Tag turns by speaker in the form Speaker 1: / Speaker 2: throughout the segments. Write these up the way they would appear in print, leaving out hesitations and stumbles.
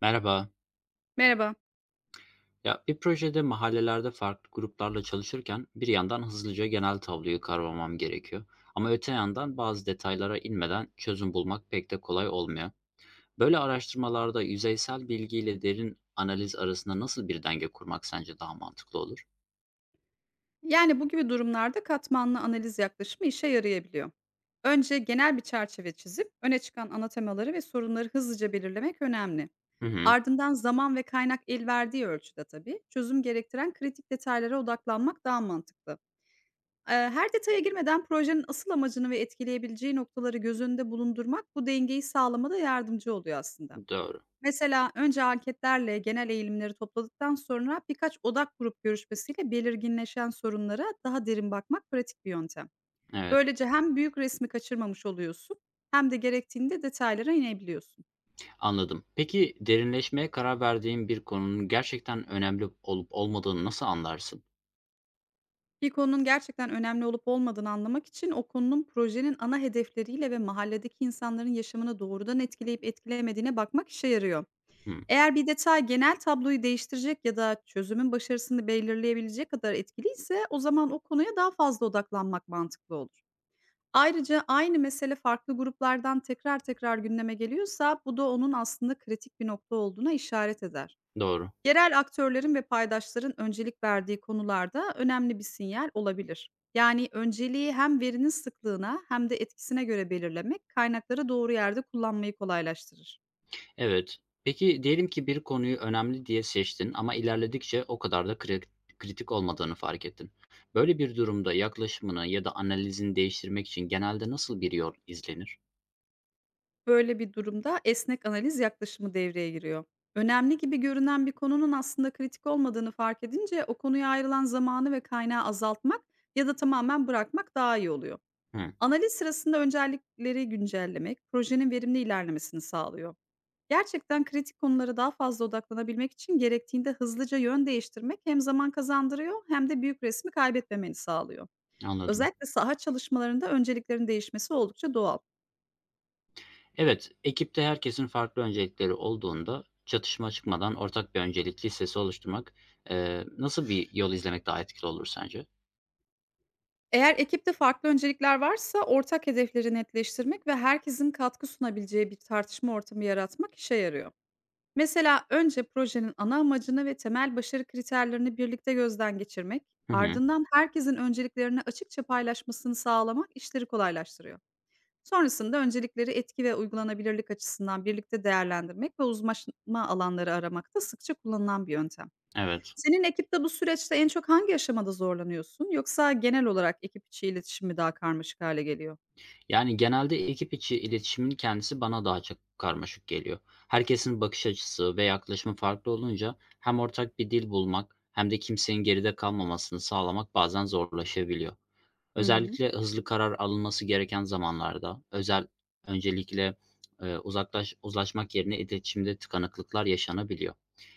Speaker 1: Merhaba.
Speaker 2: Merhaba.
Speaker 1: Ya bir projede mahallelerde farklı gruplarla çalışırken bir yandan hızlıca genel tabloyu kavramam gerekiyor. Ama öte yandan bazı detaylara inmeden çözüm bulmak pek de kolay olmuyor. Böyle araştırmalarda yüzeysel bilgiyle derin analiz arasında nasıl bir denge kurmak sence daha mantıklı olur?
Speaker 2: Yani bu gibi durumlarda katmanlı analiz yaklaşımı işe yarayabiliyor. Önce genel bir çerçeve çizip öne çıkan ana temaları ve sorunları hızlıca belirlemek önemli.
Speaker 1: Hı hı,
Speaker 2: Ardından zaman ve kaynak el verdiği ölçüde tabii çözüm gerektiren kritik detaylara odaklanmak daha mantıklı. Her detaya girmeden projenin asıl amacını ve etkileyebileceği noktaları göz önünde bulundurmak bu dengeyi sağlamada yardımcı oluyor aslında.
Speaker 1: doğru.
Speaker 2: Mesela önce anketlerle genel eğilimleri topladıktan sonra birkaç odak grup görüşmesiyle belirginleşen sorunlara daha derin bakmak pratik bir yöntem.
Speaker 1: Evet,
Speaker 2: Böylece hem büyük resmi kaçırmamış oluyorsun hem de gerektiğinde detaylara inebiliyorsun.
Speaker 1: anladım. Peki derinleşmeye karar verdiğin bir konunun gerçekten önemli olup olmadığını nasıl anlarsın?
Speaker 2: Bir konunun gerçekten önemli olup olmadığını anlamak için o konunun projenin ana hedefleriyle ve mahalledeki insanların yaşamını doğrudan etkileyip etkilemediğine bakmak işe yarıyor.
Speaker 1: Hı,
Speaker 2: Eğer bir detay genel tabloyu değiştirecek ya da çözümün başarısını belirleyebilecek kadar etkiliyse, o zaman o konuya daha fazla odaklanmak mantıklı olur. Ayrıca aynı mesele farklı gruplardan tekrar tekrar gündeme geliyorsa, bu da onun aslında kritik bir nokta olduğuna işaret eder.
Speaker 1: doğru.
Speaker 2: Yerel aktörlerin ve paydaşların öncelik verdiği konularda önemli bir sinyal olabilir. Yani önceliği hem verinin sıklığına hem de etkisine göre belirlemek, kaynakları doğru yerde kullanmayı kolaylaştırır.
Speaker 1: Evet. Peki diyelim ki bir konuyu önemli diye seçtin ama ilerledikçe o kadar da kritik olmadığını fark ettin. Böyle bir durumda yaklaşımını ya da analizini değiştirmek için genelde nasıl bir yol izlenir?
Speaker 2: Böyle bir durumda esnek analiz yaklaşımı devreye giriyor. Önemli gibi görünen bir konunun aslında kritik olmadığını fark edince, o konuya ayrılan zamanı ve kaynağı azaltmak ya da tamamen bırakmak daha iyi oluyor.
Speaker 1: Hı,
Speaker 2: Analiz sırasında öncelikleri güncellemek, projenin verimli ilerlemesini sağlıyor. Gerçekten kritik konulara daha fazla odaklanabilmek için gerektiğinde hızlıca yön değiştirmek, hem zaman kazandırıyor hem de büyük resmi kaybetmemeni sağlıyor.
Speaker 1: anladım.
Speaker 2: Özellikle saha çalışmalarında önceliklerin değişmesi oldukça doğal.
Speaker 1: Evet, ekipte herkesin farklı öncelikleri olduğunda çatışma çıkmadan ortak bir öncelik listesi oluşturmak nasıl bir yol izlemek daha etkili olur sence?
Speaker 2: Eğer ekipte farklı öncelikler varsa, ortak hedefleri netleştirmek ve herkesin katkı sunabileceği bir tartışma ortamı yaratmak işe yarıyor. Mesela önce projenin ana amacını ve temel başarı kriterlerini birlikte gözden geçirmek,
Speaker 1: Hı hı,
Speaker 2: ardından herkesin önceliklerini açıkça paylaşmasını sağlamak işleri kolaylaştırıyor. Sonrasında öncelikleri etki ve uygulanabilirlik açısından birlikte değerlendirmek ve uzmanlaşma alanları aramak da sıkça kullanılan bir yöntem.
Speaker 1: evet.
Speaker 2: Senin ekipte bu süreçte en çok hangi aşamada zorlanıyorsun? Yoksa genel olarak ekip içi iletişim mi daha karmaşık hale geliyor?
Speaker 1: Yani, genelde ekip içi iletişimin kendisi bana daha çok karmaşık geliyor. Herkesin bakış açısı ve yaklaşımı farklı olunca hem ortak bir dil bulmak hem de kimsenin geride kalmamasını sağlamak bazen zorlaşabiliyor.
Speaker 2: Hı hı.
Speaker 1: Özellikle hızlı karar alınması gereken zamanlarda özel öncelikle, uzlaşmak yerine iletişimde tıkanıklıklar yaşanabiliyor.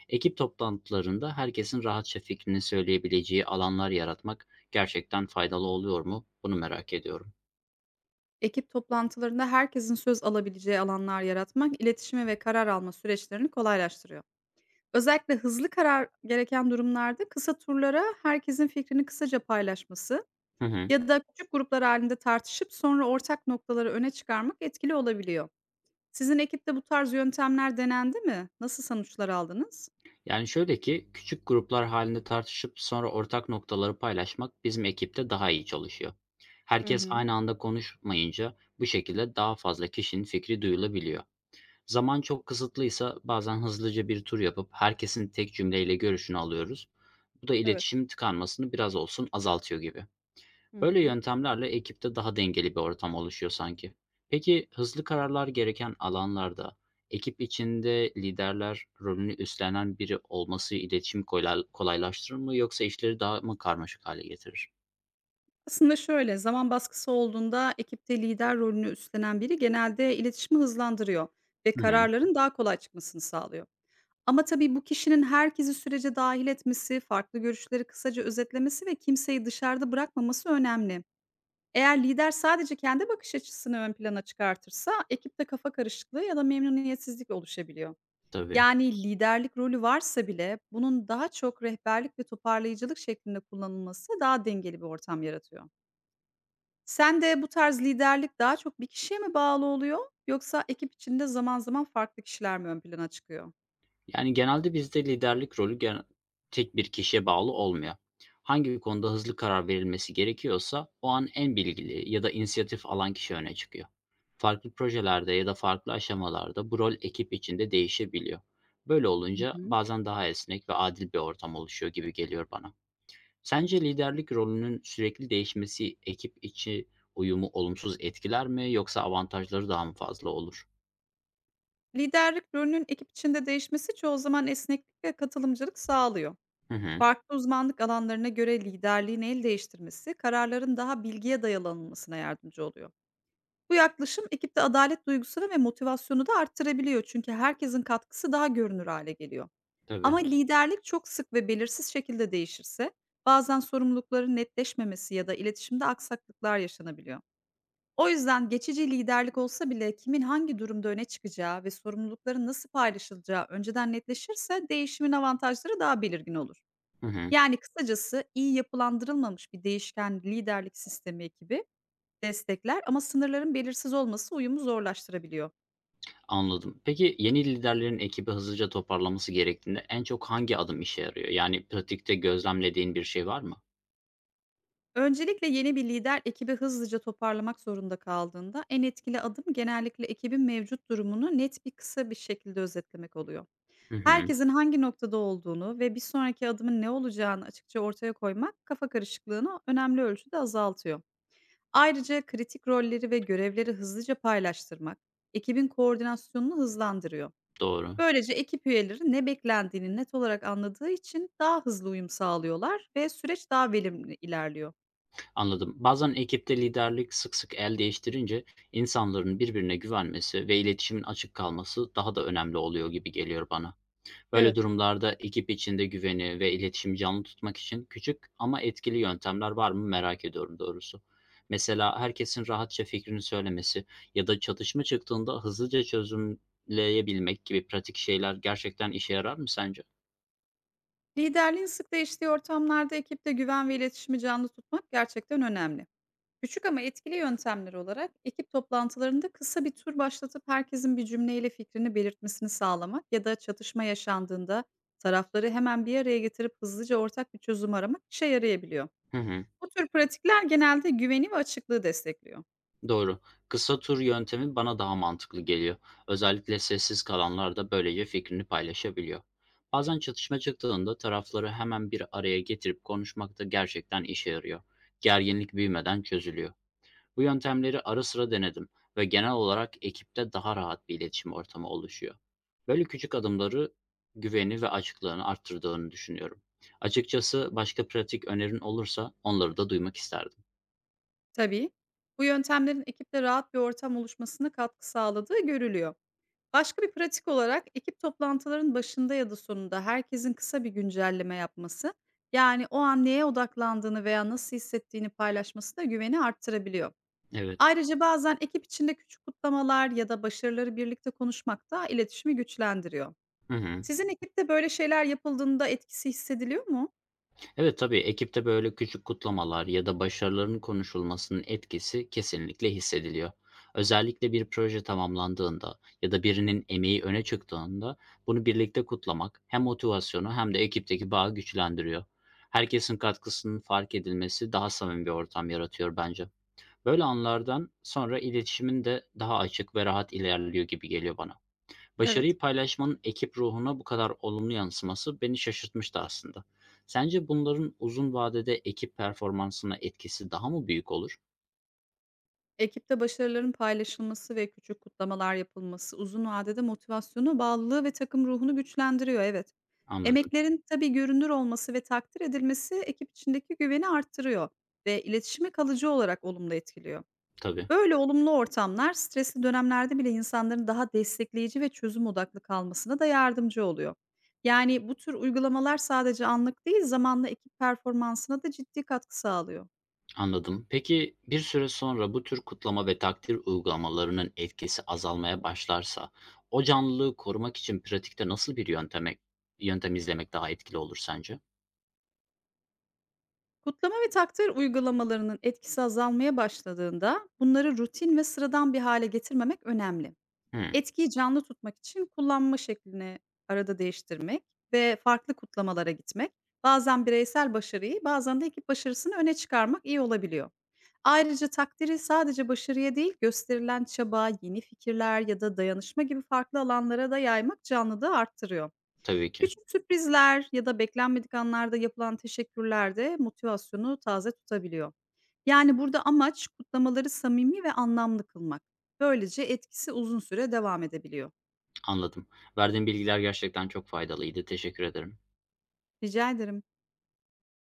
Speaker 1: Ekip toplantılarında herkesin rahatça fikrini söyleyebileceği alanlar yaratmak gerçekten faydalı oluyor mu? Bunu merak ediyorum.
Speaker 2: Ekip toplantılarında herkesin söz alabileceği alanlar yaratmak, iletişimi ve karar alma süreçlerini kolaylaştırıyor. Özellikle hızlı karar gereken durumlarda kısa turlara herkesin fikrini kısaca paylaşması
Speaker 1: Hı hı.
Speaker 2: ya da küçük gruplar halinde tartışıp sonra ortak noktaları öne çıkarmak etkili olabiliyor. Sizin ekipte bu tarz yöntemler denendi mi? Nasıl sonuçlar aldınız?
Speaker 1: Yani şöyle ki, küçük gruplar halinde tartışıp sonra ortak noktaları paylaşmak bizim ekipte daha iyi çalışıyor.
Speaker 2: Hı
Speaker 1: Herkes
Speaker 2: hı.
Speaker 1: aynı anda konuşmayınca bu şekilde daha fazla kişinin fikri duyulabiliyor. Zaman çok kısıtlıysa bazen hızlıca bir tur yapıp herkesin tek cümleyle görüşünü alıyoruz. Bu da
Speaker 2: Evet.
Speaker 1: iletişim tıkanmasını biraz olsun azaltıyor gibi.
Speaker 2: Hı
Speaker 1: Böyle
Speaker 2: hı.
Speaker 1: yöntemlerle ekipte daha dengeli bir ortam oluşuyor sanki. Peki hızlı kararlar gereken alanlarda ekip içinde liderler rolünü üstlenen biri olması iletişim kolaylaştırır mı yoksa işleri daha mı karmaşık hale getirir?
Speaker 2: Aslında şöyle, zaman baskısı olduğunda ekipte lider rolünü üstlenen biri genelde iletişimi hızlandırıyor ve
Speaker 1: Hı hı,
Speaker 2: kararların daha kolay çıkmasını sağlıyor. Ama tabii bu kişinin herkesi sürece dahil etmesi, farklı görüşleri kısaca özetlemesi ve kimseyi dışarıda bırakmaması önemli. Eğer lider sadece kendi bakış açısını ön plana çıkartırsa, ekipte kafa karışıklığı ya da memnuniyetsizlik oluşabiliyor.
Speaker 1: tabii.
Speaker 2: Yani liderlik rolü varsa bile, bunun daha çok rehberlik ve toparlayıcılık şeklinde kullanılması daha dengeli bir ortam yaratıyor. Sende bu tarz liderlik daha çok bir kişiye mi bağlı oluyor, yoksa ekip içinde zaman zaman farklı kişiler mi ön plana çıkıyor?
Speaker 1: Yani, genelde bizde liderlik rolü tek bir kişiye bağlı olmuyor. Hangi bir konuda hızlı karar verilmesi gerekiyorsa o an en bilgili ya da inisiyatif alan kişi öne çıkıyor. Farklı projelerde ya da farklı aşamalarda bu rol ekip içinde değişebiliyor. Böyle
Speaker 2: Hı
Speaker 1: olunca
Speaker 2: hı.
Speaker 1: bazen daha esnek ve adil bir ortam oluşuyor gibi geliyor bana. Sence liderlik rolünün sürekli değişmesi ekip içi uyumu olumsuz etkiler mi yoksa avantajları daha mı fazla olur?
Speaker 2: Liderlik rolünün ekip içinde değişmesi çoğu zaman esneklik ve katılımcılık sağlıyor.
Speaker 1: Hı hı.
Speaker 2: Farklı uzmanlık alanlarına göre liderliğin el değiştirmesi, kararların daha bilgiye dayalanılmasına yardımcı oluyor. Bu yaklaşım ekipte adalet duygusunu ve motivasyonu da arttırabiliyor, çünkü herkesin katkısı daha görünür hale geliyor. Ama
Speaker 1: Tabii.
Speaker 2: liderlik çok sık ve belirsiz şekilde değişirse, bazen sorumlulukların netleşmemesi ya da iletişimde aksaklıklar yaşanabiliyor. O yüzden geçici liderlik olsa bile, kimin hangi durumda öne çıkacağı ve sorumlulukların nasıl paylaşılacağı önceden netleşirse, değişimin avantajları daha belirgin olur.
Speaker 1: Hı hı.
Speaker 2: Yani kısacası, iyi yapılandırılmamış bir değişken liderlik sistemi ekibi destekler, ama sınırların belirsiz olması uyumu zorlaştırabiliyor.
Speaker 1: Anladım. Peki yeni liderlerin ekibi hızlıca toparlaması gerektiğinde en çok hangi adım işe yarıyor? Yani pratikte gözlemlediğin bir şey var mı?
Speaker 2: Öncelikle, yeni bir lider ekibi hızlıca toparlamak zorunda kaldığında, en etkili adım genellikle ekibin mevcut durumunu net bir kısa bir şekilde özetlemek oluyor.
Speaker 1: Hı hı,
Speaker 2: Herkesin hangi noktada olduğunu ve bir sonraki adımın ne olacağını açıkça ortaya koymak, kafa karışıklığını önemli ölçüde azaltıyor. Ayrıca kritik rolleri ve görevleri hızlıca paylaştırmak, ekibin koordinasyonunu hızlandırıyor.
Speaker 1: doğru.
Speaker 2: Böylece ekip üyeleri ne beklendiğini net olarak anladığı için daha hızlı uyum sağlıyorlar ve süreç daha verimli ilerliyor.
Speaker 1: Anladım. Bazen ekipte liderlik sık sık el değiştirince insanların birbirine güvenmesi ve iletişimin açık kalması daha da önemli oluyor gibi geliyor bana. Böyle
Speaker 2: Evet.
Speaker 1: durumlarda ekip içinde güveni ve iletişimi canlı tutmak için küçük ama etkili yöntemler var mı merak ediyorum doğrusu. Mesela herkesin rahatça fikrini söylemesi ya da çatışma çıktığında hızlıca çözümleyebilmek gibi pratik şeyler gerçekten işe yarar mı sence?
Speaker 2: Liderliğin sık değiştiği ortamlarda ekipte güven ve iletişimi canlı tutmak gerçekten önemli. Küçük ama etkili yöntemler olarak, ekip toplantılarında kısa bir tur başlatıp herkesin bir cümleyle fikrini belirtmesini sağlamak ya da çatışma yaşandığında tarafları hemen bir araya getirip hızlıca ortak bir çözüm aramak işe yarayabiliyor.
Speaker 1: Hı hı.
Speaker 2: Bu tür pratikler genelde güveni ve açıklığı destekliyor.
Speaker 1: Doğru. Kısa tur yöntemi bana daha mantıklı geliyor. Özellikle sessiz kalanlar da böylece fikrini paylaşabiliyor. Bazen çatışma çıktığında tarafları hemen bir araya getirip konuşmak da gerçekten işe yarıyor. Gerginlik büyümeden çözülüyor. Bu yöntemleri ara sıra denedim ve genel olarak ekipte daha rahat bir iletişim ortamı oluşuyor. Böyle küçük adımları güveni ve açıklığını arttırdığını düşünüyorum. Açıkçası başka pratik önerin olursa onları da duymak isterdim.
Speaker 2: Tabii. Bu yöntemlerin ekipte rahat bir ortam oluşmasına katkı sağladığı görülüyor. Başka bir pratik olarak, ekip toplantıların başında ya da sonunda herkesin kısa bir güncelleme yapması, yani o an neye odaklandığını veya nasıl hissettiğini paylaşması da güveni arttırabiliyor.
Speaker 1: Evet.
Speaker 2: Ayrıca bazen ekip içinde küçük kutlamalar ya da başarıları birlikte konuşmak da iletişimi güçlendiriyor.
Speaker 1: Hı hı.
Speaker 2: Sizin ekipte böyle şeyler yapıldığında etkisi hissediliyor mu?
Speaker 1: Evet, tabii, ekipte böyle küçük kutlamalar ya da başarıların konuşulmasının etkisi kesinlikle hissediliyor. Özellikle bir proje tamamlandığında ya da birinin emeği öne çıktığında bunu birlikte kutlamak hem motivasyonu hem de ekipteki bağı güçlendiriyor. Herkesin katkısının fark edilmesi daha samimi bir ortam yaratıyor bence. Böyle anlardan sonra iletişimin de daha açık ve rahat ilerliyor gibi geliyor bana.
Speaker 2: Evet.
Speaker 1: Başarıyı paylaşmanın ekip ruhuna bu kadar olumlu yansıması beni şaşırtmıştı aslında. Sence bunların uzun vadede ekip performansına etkisi daha mı büyük olur?
Speaker 2: Ekipte başarıların paylaşılması ve küçük kutlamalar yapılması uzun vadede motivasyonu, bağlılığı ve takım ruhunu güçlendiriyor, evet.
Speaker 1: Anladım.
Speaker 2: Emeklerin tabii görünür olması ve takdir edilmesi, ekip içindeki güveni arttırıyor ve iletişimi kalıcı olarak olumlu etkiliyor.
Speaker 1: Tabii,
Speaker 2: Böyle olumlu ortamlar, stresli dönemlerde bile insanların daha destekleyici ve çözüm odaklı kalmasına da yardımcı oluyor. Yani bu tür uygulamalar sadece anlık değil, zamanla ekip performansına da ciddi katkı sağlıyor.
Speaker 1: anladım. Peki bir süre sonra bu tür kutlama ve takdir uygulamalarının etkisi azalmaya başlarsa, o canlılığı korumak için pratikte nasıl bir yöntem izlemek daha etkili olur sence?
Speaker 2: Kutlama ve takdir uygulamalarının etkisi azalmaya başladığında, bunları rutin ve sıradan bir hale getirmemek önemli.
Speaker 1: Hmm,
Speaker 2: Etkiyi canlı tutmak için kullanma şeklini arada değiştirmek ve farklı kutlamalara gitmek, bazen bireysel başarıyı, bazen de ekip başarısını öne çıkarmak iyi olabiliyor. Ayrıca takdiri sadece başarıya değil, gösterilen çaba, yeni fikirler ya da dayanışma gibi farklı alanlara da yaymak canlılığı arttırıyor.
Speaker 1: tabii ki.
Speaker 2: Küçük sürprizler ya da beklenmedik anlarda yapılan teşekkürler de motivasyonu taze tutabiliyor. Yani burada amaç, kutlamaları samimi ve anlamlı kılmak. Böylece etkisi uzun süre devam edebiliyor.
Speaker 1: Anladım. Verdiğin bilgiler gerçekten çok faydalıydı. Teşekkür ederim.
Speaker 2: Rica ederim.